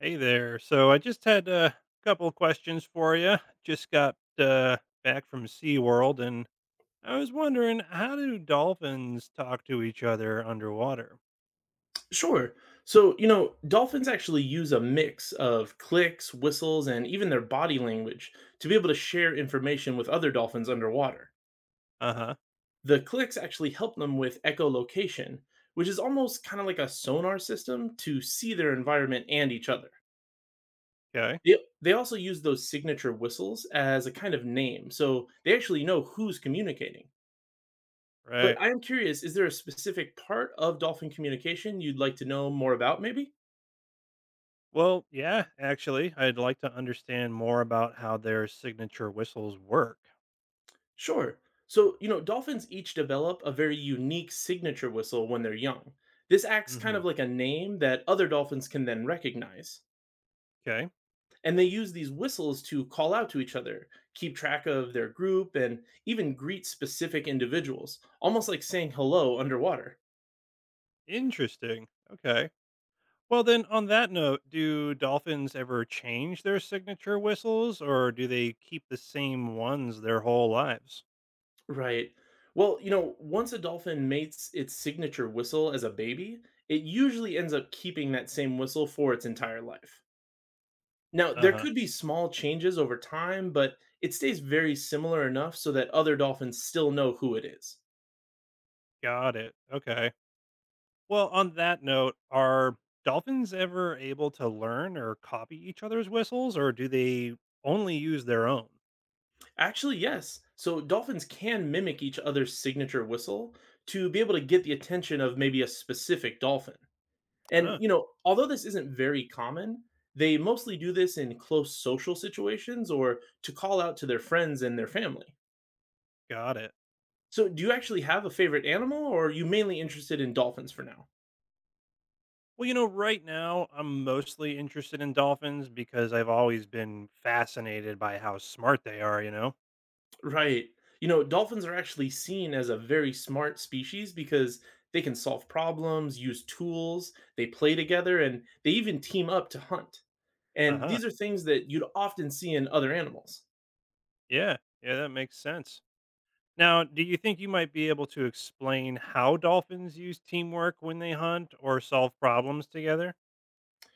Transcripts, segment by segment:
Hey there. So I just had a couple of questions for you. Just got back from SeaWorld and I was wondering, how do dolphins talk to each other underwater? Sure. So, you know, dolphins actually use a mix of clicks, whistles, and even their body language to be able to share information with other dolphins underwater. Uh huh. The clicks actually help them with echolocation, which is almost kind of like a sonar system to see their environment and each other. Okay. They also use those signature whistles as a kind of name, so they actually know who's communicating. Right. But I am curious, is there a specific part of dolphin communication you'd like to know more about, maybe? Well, yeah, actually, I'd like to understand more about how their signature whistles work. Sure. So, you know, dolphins each develop a very unique signature whistle when they're young. This acts kind Hmm. of like a name that other dolphins can then recognize. Okay. And they use these whistles to call out to each other, keep track of their group, and even greet specific individuals, almost like saying hello underwater. Interesting. Okay. Well, then, on that note, do dolphins ever change their signature whistles, or do they keep the same ones their whole lives? Right. Well, you know, once a dolphin mates its signature whistle as a baby, it usually ends up keeping that same whistle for its entire life. Now, Uh there huh. could be small changes over time, but it stays very similar enough so that other dolphins still know who it is. Got it. Okay. Well, on that note, are dolphins ever able to learn or copy each other's whistles, or do they only use their own? Actually, yes. So dolphins can mimic each other's signature whistle to be able to get the attention of maybe a specific dolphin. And, Oh, you know, although this isn't very common, they mostly do this in close social situations or to call out to their friends and their family. got it. So, do you actually have a favorite animal or are you mainly interested in dolphins for now? Well, right now I'm mostly interested in dolphins because I've always been fascinated by how smart they are? Right. You know, dolphins are actually seen as a very smart species because they can solve problems, use tools, they play together, and they even team up to hunt. Uh And huh. these are things that you'd often see in other animals. Yeah. Yeah, that makes sense. Now, do you think you might be able to explain how dolphins use teamwork when they hunt or solve problems together?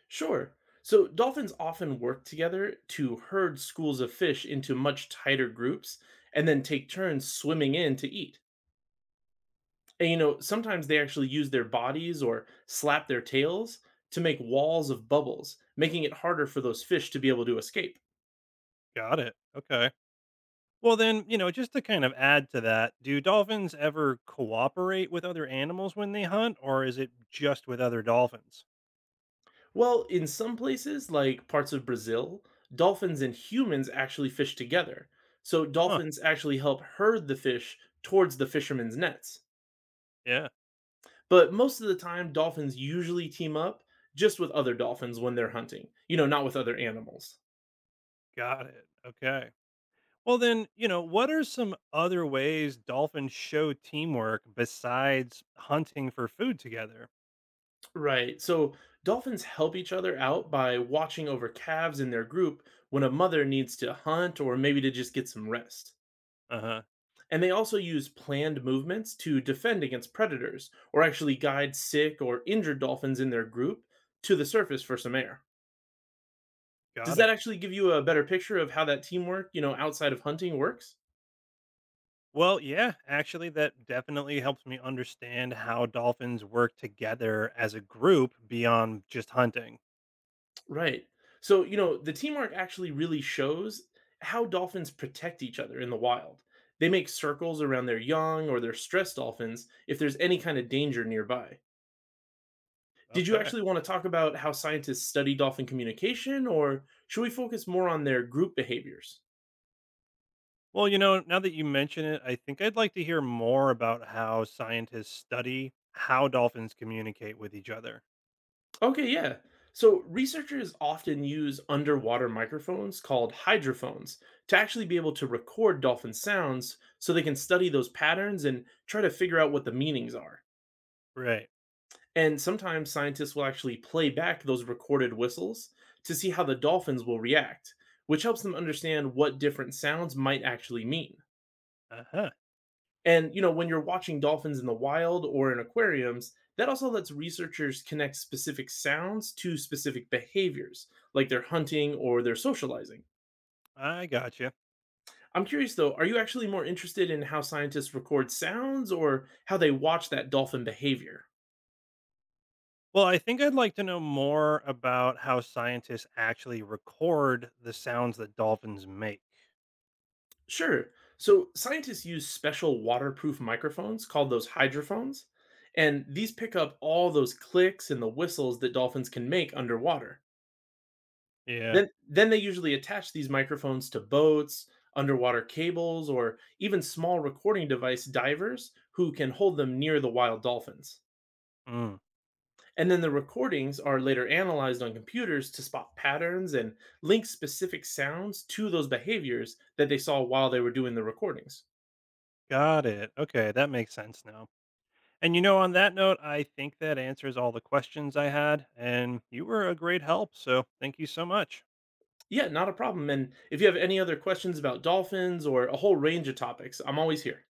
Sure. So, dolphins often work together to herd schools of fish into much tighter groups and then take turns swimming in to eat. And, you know, sometimes they actually use their bodies or slap their tails to make walls of bubbles, making it harder for those fish to be able to escape. Got it. Okay. Well, then, you know, just to kind of add to that, do dolphins ever cooperate with other animals when they hunt, or is it just with other dolphins? Well, in some places, like parts of Brazil, dolphins and humans actually fish together. So Huh. dolphins actually help herd the fish towards the fishermen's nets. Yeah. But most of the time, dolphins usually team up just with other dolphins when they're hunting, you know, not with other animals. Got it. Okay. Well, then, you know, what are some other ways dolphins show teamwork besides hunting for food together? Right. So dolphins help each other out by watching over calves in their group when a mother needs to hunt or maybe to just get some rest. Uh huh. And they also use planned movements to defend against predators or actually guide sick or injured dolphins in their group to the surface for some air. Got Does that it. actually give you a better picture of how that teamwork, you know, outside of hunting works? Well, yeah, actually, that definitely helps me understand how dolphins work together as a group beyond just hunting. Right. So, you know, the teamwork actually really shows how dolphins protect each other in the wild. They make circles around their young or their stressed dolphins if there's any kind of danger nearby. Did you Okay. actually want to talk about how scientists study dolphin communication, or should we focus more on their group behaviors? Well, you know, now that you mention it, I think I'd like to hear more about how scientists study how dolphins communicate with each other. Okay, yeah. So researchers often use underwater microphones called hydrophones to actually be able to record dolphin sounds so they can study those patterns and try to figure out what the meanings are. Right. And sometimes scientists will actually play back those recorded whistles to see how the dolphins will react, which helps them understand what different sounds might actually mean. Uh huh. And you know, when you're watching dolphins in the wild or in aquariums, that also lets researchers connect specific sounds to specific behaviors, like they're hunting or they're socializing. I gotcha. I'm curious though, are you actually more interested in how scientists record sounds or how they watch that dolphin behavior? Well, I think I'd like to know more about how scientists actually record the sounds that dolphins make. Sure. So, scientists use special waterproof microphones called those hydrophones, and these pick up all those clicks and the whistles that dolphins can make underwater. Yeah. Then they usually attach these microphones to boats, underwater cables, or even small recording device divers who can hold them near the wild dolphins. Mm, And then the recordings are later analyzed on computers to spot patterns and link specific sounds to those behaviors that they saw while they were doing the recordings. got it. Okay. That makes sense now. And you know, on that note, I think that answers all the questions I had, and you were a great help. So thank you so much. Yeah, not a problem. And if you have any other questions about dolphins or a whole range of topics, I'm always here.